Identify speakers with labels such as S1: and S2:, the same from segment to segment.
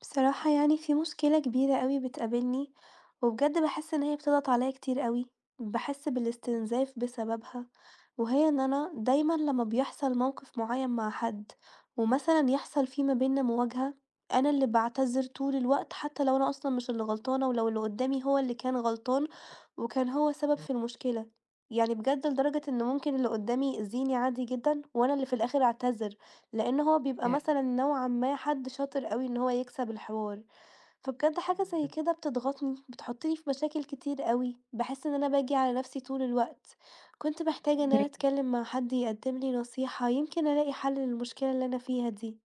S1: بصراحة يعني في مشكلة كبيرة أوي بتقابلني، وبجد باحس إن هي بتضغط عليا كتير أوي، باحس بالاستنزاف بسببها، وهي إن أنا دايمًا لما بيحصل موقف معين مع حد، ومثلًا يحصل في ما بينا مواجهة، أنا اللي بعتذر طول الوقت حتى لو أنا أصلًا مش اللي غلطانة، ولو اللي قدامي هو اللي كان غلطان، وكان هو سبب
S2: إمم.
S1: في المشكلة، يعني بجد لدرجة إن ممكن اللي قدامي يأذيني عادي جدًا، وأنا اللي في الآخر أعتذر. لأن هو بيبقى
S2: ياه!
S1: مثلًا نوعًا ما حد شاطر أوي إن هو يكسب الحوار، فبجد حاجة زي
S2: إمم.
S1: كده بتضغطني، بتحطني في مشاكل كتير أوي، باحس إن أنا باجي على نفسي طول الوقت، كنت محتاجة إن أنا
S2: فاهماكِ.
S1: أتكلم مع حد يقدم لي نصيحة، يمكن ألاقي حل للمشكلة اللي أنا فيها دي.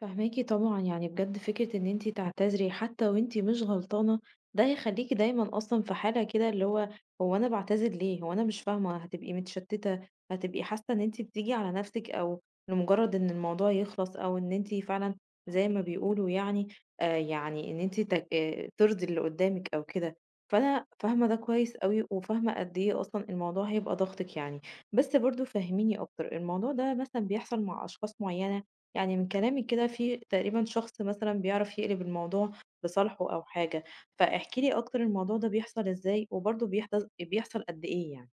S2: فاهماكِ طبعًا، يعني بجد فكرة إن أنتِ تعتذري حتى وأنتِ مش غلطانة، ده هيخلّيكِ دايمًا أصلًا في حالة كده اللي هو أنا باعتذر ليه، هو أنا مش فاهمة، هتبقي متشتتة، هتبقي حاسة إن أنتِ بتيجي على نفسِك أو لمجرد إن الموضوع يخلص أو إن أنتِ فعلًا زي ما بيقولوا يعني يعني إن أنتِ ت ترضي اللي قدامِك أو كده، فأنا فاهمة ده كويس أوي وفاهمة قد إيه أصلًا الموضوع هيبقى ضاغطِك يعني، بس برضه فهّميني أكتر، الموضوع ده مثلًا بيحصل مع أشخاص معينة يعني من كلامِك كده في تقريبًا شخص مثلًا بيعرف يقلب الموضوع لصالحه أو حاجة، فاحكي لي أكتر الموضوع ده بيحصل إزاي، وبرضه بيحصل قد إيه يعني؟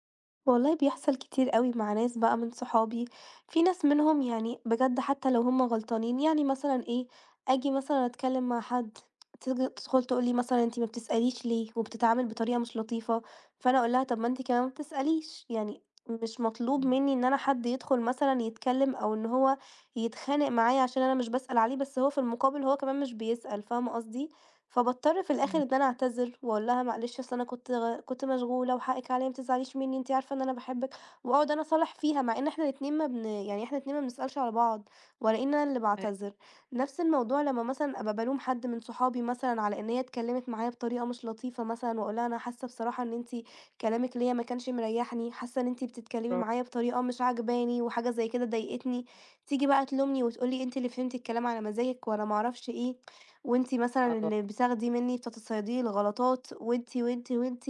S1: والله بيحصل كتير أوي مع ناس بقى من صحابي، في ناس منهم يعني بجد حتى لو هم غلطانين يعني مثلًا إيه، آجي مثلًا أتكلم مع حد تيجي تدخل تقول لي مثلًا أنتِ ما بتسأليش ليه وبتتعامل بطريقة مش لطيفة، فأنا أقول لها طب ما أنتِ كمان ما بتسأليش، يعني مش مطلوب
S2: إمم،
S1: مني إن أنا حد يدخل مثلًا يتكلم أو إن هو يتخانق معايا عشان أنا مش باسأل عليه، بس هو في المقابل هو كمان مش بيسأل، فاهمة قصدي؟ فباضطر في الآخر
S2: إمم.
S1: إن أنا أعتذر وأقول لها معلش أصل أنا كنت كنت مشغولة وحقِك عليَّ ما تزعليش منّي، أنتِ عارفة إن أنا باحبِك، وأقعد أنا أصالح فيها، مع إن إحنا الاتنين ما بن يعني إحنا الاتنين ما بنسألش على بعض، ولا إن أنا اللي
S2: أيوه،
S1: باعتذر. نفس الموضوع لمّا مثلًا أبقى بالوم حد من صحابي مثلًا على إن هي اتكلمت معايا بطريقة مش لطيفة مثلًا، وأقول لها: "أنا حاسة بصراحة إن أنتِ كلامِك ليّا ما كانش مريحني، حاسة إن أنتِ بتتكلمي
S2: برافو،
S1: معايا بطريقة مش عاجباني، وحاجة زي كده ضايقتني." تيجي بقى تلومني وتقول لي: "أنتِ اللي فهمتِ الكلام على مزاجِك." وأنا ما أعرفش إيه، "وأنتِ مثلًا
S2: آه.
S1: اللي بتاخدي منّي بتتصيدي لي الغلطات." وأنتِ، وأنتِ، وأنتِ.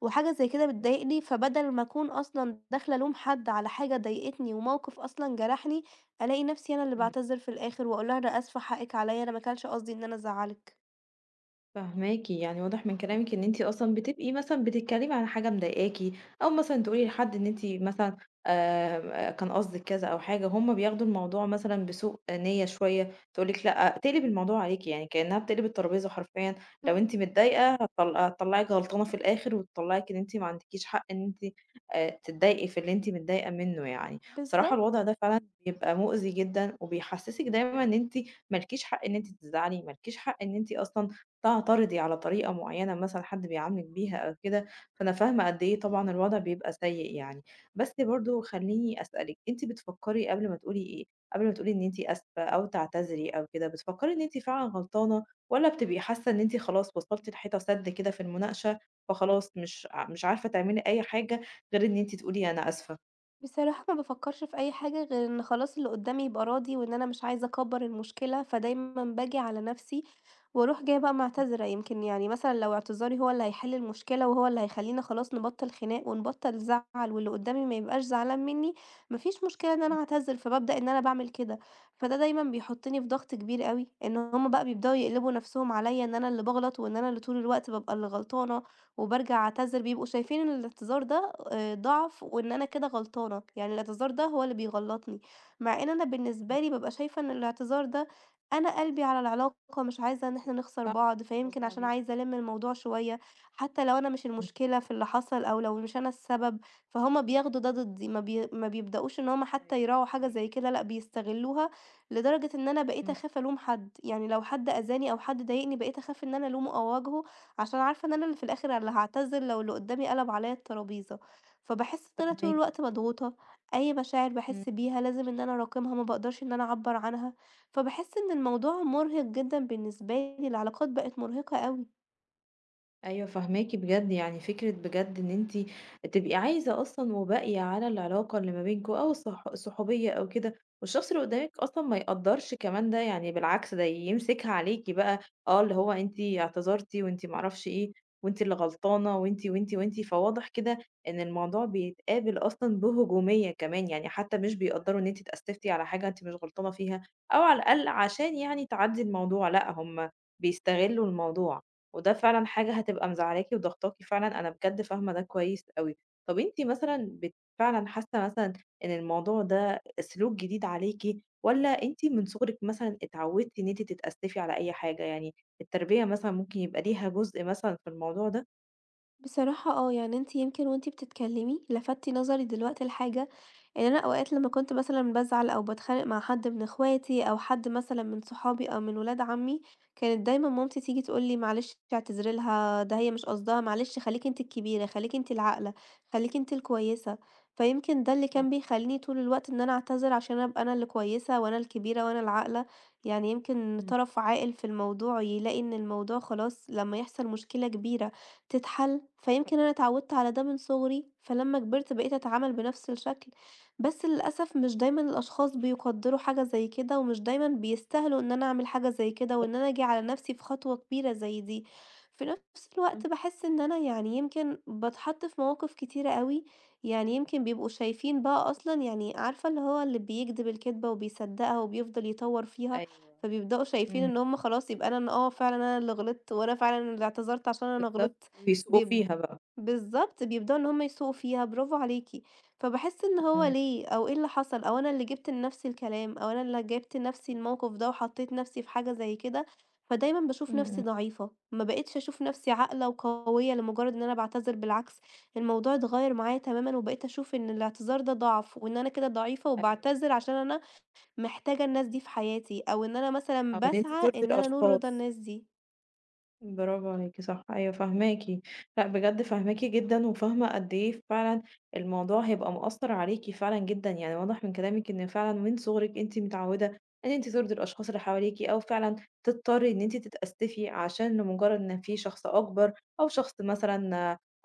S1: وحاجة زي كده بتضايقني، فبدل ما أكون أصلًا داخلة ألوم حد على حاجة ضايقتني وموقف أصلًا جرحني، ألاقي نفسي أنا اللي باعتذر في الآخر وأقول لها أنا آسفة حقِّك عليّا، أنا ما كانش قصدي إن أنا أزعّلِك.
S2: فاهماكِ، يعني واضح من كلامِك إن أنتِ أصلًا بتبقي مثلًا بتتكلمي على حاجة مضايقاكِ، أو مثلًا تقولي لحد إن أنتِ مثلًا كان قصدِك كذا أو حاجة، هُم بياخدوا الموضوع مثلًا بسوء نية شوية، تقول لِك لأ، تقلب الموضوع عليكِ، يعني كأنها بتقلب الترابيزة حرفيًا، لو أنتِ
S1: إمم،
S2: متضايقة هتطلّعِك غلطانة في الآخر، وتطلّعِك إن أنتِ ما عندكيش حق إن أنتِ تتضايقي في اللي أنتِ متضايقة منه يعني، بصراحة
S1: بالضبط.
S2: الوضع ده فعلًا بيبقى مؤذي جدًا، وبيحسسِك دايمًا إن أنتِ ما لكيش حق إن أنتِ تزعلي، ما لكيش حق إن أنتِ أصلًا تعترضي على طريقة معينة مثلًا حد بيعاملِك بيها أو كده، فأنا فاهمة قد إيه طبعًا الوضع بيبقى سيء يعني. بس برضه خلّيني أسألِك، أنتِ بتفكّري قبل ما تقولي إيه؟ قبل ما تقولي إن أنتِ آسفة أو تعتذري أو كده، بتفكّري إن أنتِ فعلًا غلطانة والّا بتبقي حاسة إن أنتِ خلاص وصلتِ لحيطة سد كده في المناقشة، فخلاص مش عارفة تعملي أي حاجة غير إن أنتِ تقولي أنا آسفة؟
S1: بصراحة ما بافكّرش في أي حاجة غير إن خلاص اللي قدّامي يبقى راضي وإن أنا مش عايزة أكبّر المشكلة، فدايمًا باجي على نَفْسي وأروح جاية بقى
S2: إمم،
S1: معتذرة، يمكن يعني مثلًا لو اعتذاري هو اللي هيحِل المشكلة وهو اللي هيخلّينا خلاص نبطّل خناق ونبطّل زعل واللي قدّامي ما يبقاش زعلان منّي، ما فيش مشكلة إن أنا
S2: إمم،
S1: أعتذر، فبابدأ إن أنا باعمل كده، فده دايمًا بيحُطّني في ضغط كبير أوي، إن هم بقى بيبدؤوا يقلبوا نَفْسهم عليّا إن أنا اللي باغلط وإن أنا اللي طول الوقت بابقى اللي غلطانة. وبارجع أعتذر، بيبقوا شايفين إن الاعتذار ده ضعف وإن أنا كده غلطانة، يعني الاعتذار ده هو اللي
S2: أيوه،
S1: بيغلطني، مع إن أنا بالنسبة
S2: إمم.
S1: لي بابقى شايفة إن الاعتذار ده أنا قلبي على العلاقة، مش عايزة إن إحنا نخسر
S2: صح،
S1: بعض، فيمكن
S2: برافو
S1: عشان
S2: عليكِ.
S1: عايزة ألِم الموضوع شوية، حتى لو أنا مش
S2: إمم.
S1: المشكلة في اللي حصل أو لو مش أنا السبب، فهُم بياخدوا ده ضدي، ما بيبدؤوش إن هُم حتى
S2: أيوه،
S1: يراعوا حاجة
S2: فاهماكِ.
S1: زي كده، لأ بيستغلوها لدرجة إن أنا بقيت
S2: إمم،
S1: أخاف ألوم حد، يعني لو حد أذاني أو حد ضايقني بقيت أخاف إن أنا ألومه أو أواجهه عشان عارفة إن أنا اللي في الآخر اللي هاعتذر لو اللي قدّامي قلب عليّا الترابيزة، فباحس إن أنا طول
S2: فاهماكِ.
S1: الوقت مضغوطة، أي مشاعر باحس
S2: إمم.
S1: بيها لازم إن أنا أراكمها، ما باقدرش إن أنا أعبّر عنها، فباحس إن الموضوع مُرهق جدًا بالنسبة لي، العلاقات بقت مُرهقة أوي.
S2: أيوه فاهماكِ بجد، يعني فكرة بجد إن أنتِ تبقي عايزة أصلًا وباقية على العلاقة اللي ما بينكم أو الصحوبية أو كده، والشخص اللي قدامِك أصلًا ما يقدّرش كمان ده، يعني بالعكس ده يمسكها عليكِ بقى، آه اللي هو أنتِ اعتذرتِ وأنتِ ما أعرفش إيه، وأنتِ اللي غلطانة وأنتِ، وأنتِ، وأنتِ، فواضح كده إن الموضوع بيتقابل أصلًا بهجومية كمان، يعني حتى مش بيقدّروا إن أنتِ اتأسفتِ على حاجة أنتِ مش غلطانة فيها، أو على الأقل عشان يعني تعدّي الموضوع، لأ هم بيستغلوا الموضوع. وده فعلًا حاجة هتبقى مزعلاكِ وضاغطاكِ فعلًا، أنا بجد فاهمة ده كويس أوي. طب أنتِ مثلًا فعلًا حاسة مثلًا إن الموضوع ده سلوك جديد عليكِ، والّا أنتِ من صغرِك مثلًا اتعودتِ إن أنتِ تتأسفي على أي حاجة؟ يعني التربية مثلًا ممكن يبقى ليها جزء مثلًا في الموضوع ده؟
S1: بصراحة آه، يعني أنتِ يمكن وأنتِ بتتكلمي لفتِ نظري دلوقتي لحاجة، إن أنا أوقات لمّا كنت مثلًا بازعل أو باتخانق مع حد من اخواتي أو حد مثلًا من صحابي أو من ولاد عمي، كانت دايمًا مامتي تيجي تقول لي: "معلش اعتذري لها، ده هي مش قصدها، معلش خليكِ أنتِ الكبيرة، خليكِ أنتِ العاقلة، خليكِ أنتِ الكويسة." فيمكن ده اللي كان
S2: فاهماكِ،
S1: بيخلّيني طول الوقت إن أنا أعتذر عشان أبقى أنا اللي كويسة وأنا الكبيرة وأنا العاقلة، يعني يمكن
S2: إمم،
S1: طرف عاقل في الموضوع يلاقي إن الموضوع خلاص لمّا يحصل مشكلة كبيرة تتحل، فيمكن أنا اتعودت على ده من صغري، فلما كبرت بقيت أتعامل بنفس الشكل، بس للأسف مش دايمًا الأشخاص بيقدّروا حاجة زي كده، ومش دايمًا بيستاهلوا إن أنا أعمل حاجة زي كده، وإن أنا
S2: بالضبط.
S1: آجي على نفسي في خطوة كبيرة زي دي. في نفس
S2: إمم،
S1: الوقت باحس إن أنا يعني يمكن باتحط في مواقف كتيرة أوي، يعني يمكن بيبقوا شايفين بقى أصلًا يعني عارفة اللي هو اللي بيكدب الكدبة وبيصدقها وبيفضل يطوّر فيها،
S2: أيوه،
S1: فبيبدؤوا شايفين
S2: إمم،
S1: إن هُم خلاص يبقى أنا ن آه فعلًا أنا اللي غلطت، وأنا فعلًا اللي اعتذرت عشان أنا
S2: بالضبط،
S1: غلطت.
S2: ويسوقوا
S1: بيب
S2: فيها بقى.
S1: بالضبط، بيبدأوا إن هُم يسوقوا فيها، برافو عليكِ. فباحس إن هو
S2: إمم،
S1: ليه أو إيه اللي حصل أو أنا اللي جِبت لنفسي الكلام أو أنا اللي جِبت لنفسي
S2: بالضبط.
S1: الموقف ده وحطيت نفسي في حاجة زي كده، فدايمًا باشوف
S2: إمم،
S1: نفسي
S2: إمم.
S1: ضعيفة، ما بقيتش أشوف نفسي عاقلة وقوية لمجرد إن أنا باعتذر، بالعكس الموضوع اتغيّر معايا تمامًا وبقيت أشوف إن الاعتذار ده ضعف وإن أنا كده ضعيفة
S2: أيوه،
S1: وباعتذر عشان أنا محتاجة الناس دي في حياتي أو إن أنا مثلًا
S2: أو إن أنتِ
S1: باسعى
S2: ترضي
S1: إن أنا أنول رضا
S2: الأشخاص.
S1: الناس دي.
S2: برافو عليكِ صح، أيوه فاهماكِ، لأ بجد فاهماكِ جدًا وفاهمة قد إيه فعلًا الموضوع هيبقى مأثّر عليكِ فعلًا جدًا، يعني واضح من كلامِك إن فعلًا من صغرِك أنتِ متعوّدة إن أنتِ ترضي الأشخاص اللي حواليكِ، أو فعلًا تضطري إن أنتِ تتأسفي عشان لمجرد إن في شخص أكبر، أو شخص مثلًا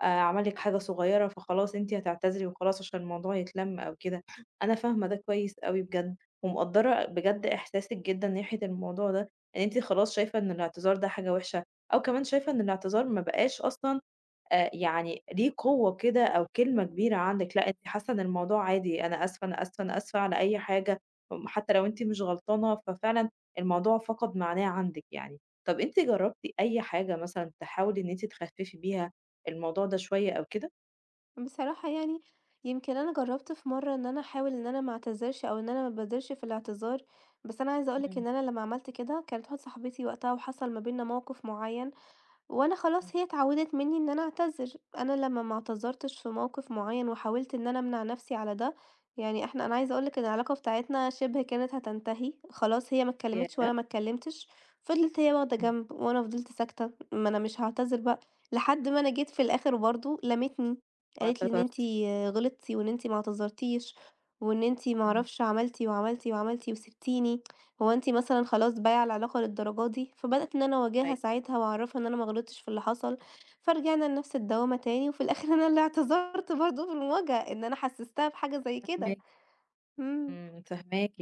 S2: عمل لِك حاجة صغيرة فخلاص أنتِ هتعتذري وخلاص عشان الموضوع يتلَم أو كده، أنا فاهمة ده كويس أوي بجد، ومقدّرة بجد إحساسِك جدًا ناحية الموضوع ده، إن أنتِ خلاص شايفة إن الاعتذار ده حاجة وحشة أو كمان شايفة إن الاعتذار ما بقاش أصلًا يعني ليه قوة كده أو كلمة
S1: إمم.
S2: كبيرة عندِك، لأ أنتِ حاسة إن الموضوع عادي، أنا آسفة، أنا آسفة، أنا آسفة على أي حاجة، حتى لو أنتِ مش غلطانة، ففعلًا الموضوع فقد معناه عندِك يعني. طب أنتِ جربتِ أي حاجة مثلًا تحاولي إن أنتِ تخففي بيها الموضوع ده شوية أو كده؟
S1: بصراحة يعني يمكن أنا جرّبت في مرّة إن أنا أحاول إن أنا ما أعتذرش أو إن أنا ما أبادرش في الاعتذار، بس أنا عايزة أقول لِك
S2: إمم،
S1: إن أنا لمّا عملت كده كانت واحدة صاحبتي وقتها وحصل ما بيننا موقف معيّن، وأنا
S2: إمم.
S1: خلاص هي اتعودت مني إن أنا أعتذر، أنا لمّا ما اعتذرتش في موقف معيّن وحاولت إن أنا أمنع نفسي على ده، يعني إحنا أنا عايزة أقول لِك إن العلاقة بتاعتنا شِبه كانت هتنتهي، خلاص هي ما اتكلمتش
S2: ياه!
S1: وأنا ما اتكلمتش، فضلت هي واخدة
S2: إمم.
S1: جنب وأنا فضلت ساكتة، ما أنا مش هاعتذر بقى، لحد ما أنا جيت في الآخر برضه لَمِتني، قالت لي: "إن أنتِ
S2: واعتذرتِ.
S1: غلطتِ وإن أنتِ ما اعتذرتيش وإن أنتِ ما
S2: إمم.
S1: أعرفش عملتِ وعملتِ وعملتِ وسبتيني." هو أنتِ مثلًا خلاص بايعة العلاقة للدرجة دي؟ فبدأت إن أنا أواجهها
S2: أيوه،
S1: ساعتها وأعرّفها إن أنا ما غلطتش في اللي حصل، فرجعنا لنفس الدوّامة تاني، وفي الآخر أنا اللي اعتذرت برضه في المواجهة، إن أنا حسستها بحاجة زي كده.
S2: فاهماكِ.
S1: إمم،
S2: إمم، فاهماكِ،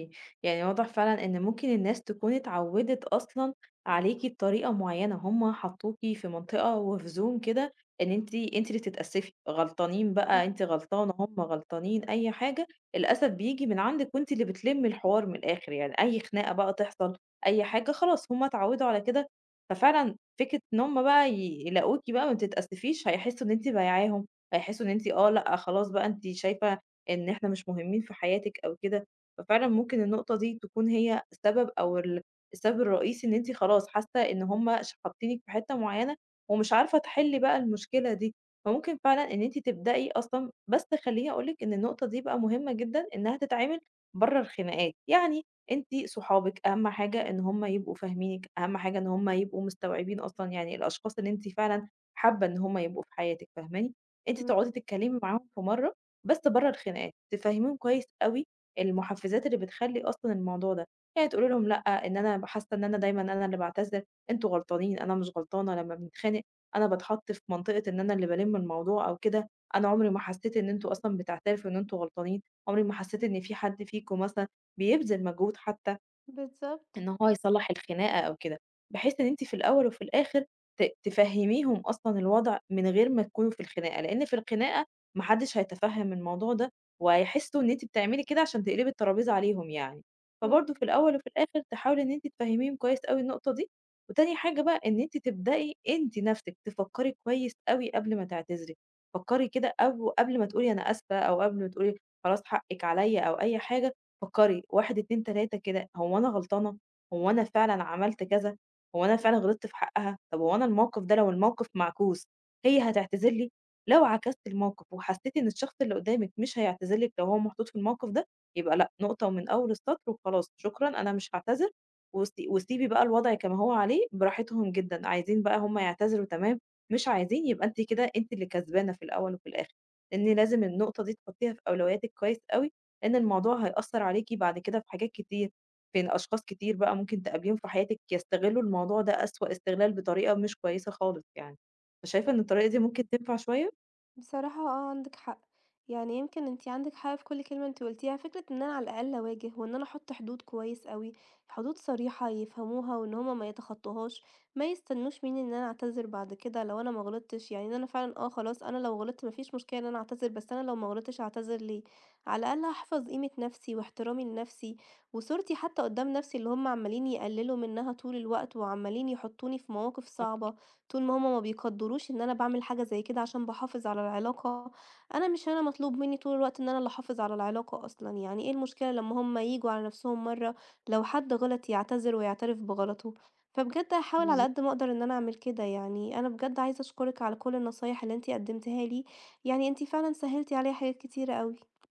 S2: يعني واضح فعلًا إن ممكن الناس تكون اتعودت أصلًا عليكِ بطريقة معيّنة، هُم حطوكِ في منطقة وفي zone كده إن أنتِ اللي تتأسفي، غلطانين بقى أنتِ
S1: إمم،
S2: غلطانة، هُم غلطانين، أي حاجة، الأسف بييجي من عندِك وأنتِ اللي بتلمّي الحوار من الآخر يعني، أي خناقة بقى تحصل، أي حاجة خلاص هُم اتعودوا على كده، ففعلًا فكرة إن هُم بقى يلاقوكِ بقى ما بتتأسفيش هيحسوا إن أنتِ بايعاهم، هيحسوا إن أنتِ آه، لأ، خلاص بقى أنتِ شايفة إن إحنا مش مهمين في حياتِك أو كده، ففعلًا ممكن النقطة دي تكون هي السبب أو ال السبب الرئيسي إن أنتِ خلاص حاسة إن هم ش حاطينِك في حتة معينة ومش عارفة تحلّي بقى المشكلة دي، فممكن فعلًا إن أنتِ تبدئي أصلًا بس خلّيني أقول لِك إن النقطة دي بقى مهمة جدًا إنها تتعمل برّه الخناقات، يعني أنتِ صحابِك أهم حاجة إن هم يبقوا فاهمينِك، أهم حاجة إن هم يبقوا مستوعبين أصلًا يعني الأشخاص اللي أنتِ فعلًا حابة إن هم يبقوا في حياتِك، فاهماني؟ أنتِ تقعدي
S1: إمم،
S2: تتكلمي معاهم في مرّة بس برّه الخناقات، تفهّميهم كويس أوي المحفّزات اللي بتخلّي أصلًا الموضوع ده، يعني تقولي لهم لأ، إن أنا حاسّة إن أنا دايمًا أنا اللي باعتذر، أنتم غلطانين، أنا مش غلطانة لمّا بنتخانق، أنا باتحط في منطقة إن أنا اللي بالِم الموضوع أو كده، أنا عمري ما حسّيت إن أنتم أصلًا بتعترفوا إن أنتم غلطانين، عمري ما حسّيت إن في حد فيكم مثلًا بيبذِل مجهود حتّى.
S1: بالضبط،
S2: إن هو يصلّح الخناقة أو كده، بحيث إن أنتِ في الأول وفي الآخر تفهّميهم أصلًا الوضع من غير ما تكونوا في الخناقة، لإن في الخناقة ما حدّش هيتفهّم الموضوع ده، وهيحسّوا إن أنتِ بتعملي كده عشان تقلبي الترابيزة عليهم يعني، فبرضه
S1: إمم،
S2: في الأول وفي الآخر تحاولي إن أنتِ تفهّميهم كويس أوي النقطة دي، وتاني حاجة بقى إن أنتِ تبدئي أنتِ نَفْسِك تفكّري كويس أوي قبل ما تعتذري، فكّري كده أو قبل ما تقولي أنا آسفة أو قبل ما تقولي خلاص حقِّك عليّا أو أي حاجة، فكّري 1، 2، 3 كده هو أنا غلطانة؟ هو أنا فعلًا عملت كذا، هو أنا فعلًا غلطت في حقها، طب هو أنا الموقف ده لو الموقف معكوس هي هتعتذر لي؟ لو عكست الموقف وحسيتِ إن الشخص اللي قدامِك مش هيعتذر لِك لو هو محطوط في الموقف ده، يبقى لأ، نقطة ومن أول السطر وخلاص شكرًا أنا مش هاعتذر، وسيبي بقى الوضع كما هو عليه براحتهم جدًا، عايزين بقى هم يعتذروا تمام، مش عايزين يبقى أنتِ كده أنتِ اللي كسبانة في الأول وفي الآخر، لإن لازم النقطة دي تحطيها في أولوياتِك كويس أوي، لإن الموضوع هيأثر عليكِ بعد كده في حاجات كتير، فين أشخاص كتير بقى ممكن تقابليهم في حياتِك يستغلوا الموضوع ده أسوأ استغلال بطريقة مش كويسة خالص يعني، فشايفة إن
S1: إمم.
S2: الطريقة دي ممكن تنفع شوية؟
S1: بصراحة آه عندِك حق، يعني يمكن أنتِ عندِك حق في كل كلمة أنتِ قُلتيها، فكرة إن أنا على الأقل أواجه وإن أنا أحُط حدود كويس أوي، حدود صريحة يفهموها وإن هُم ما يتخطّوهاش، ما يستنّوش منّي إن أنا أعتذر بعد كده لو أنا ما غلطتش، يعني إن أنا فعلًا آه خلاص أنا لو غلطت ما فيش مشكلة إن أنا أعتذر، بس أنا لو ما غلطتش أعتذر ليه؟ على الأقل هاحفظ قيمة نَفْسي واحترامي لنَفْسي وصورتي حتى قُدّام نَفْسي اللي هُم عمّالين يقلّلوا منّها طول الوقت وعمّالين يحُطّوني في مواقف
S2: طبعًا،
S1: صعبة. طول ما هُم ما بيقدّروش إن أنا باعمل حاجة زي كده عشان باحافظ على العلاقة، أنا مش أنا مطلوب منّي طول الوقت إن أنا اللي أحافظ على العلاقة أصلًا، يعني إيه المشكلة لمّا هُم
S2: برافو عليكِ.
S1: ييجوا على نَفْسهم مرّة، لو حد غلط يعتذر ويعترف بغلطه، فبجد هاحاول على
S2: بالضبط،
S1: قد ما أقدر إن أنا أعمل كده يعني، أنا بجد عايزة أشكرِك على كل النصايح اللي أنتِ قدّمتيها لي، يعني أنتِ فعلًا سهّلتِ عليّا حاجات كتيرة أوي.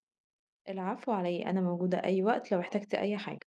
S2: العفو على إيه، أنا موجودة أي وقت لو احتجتِ أي حاجة.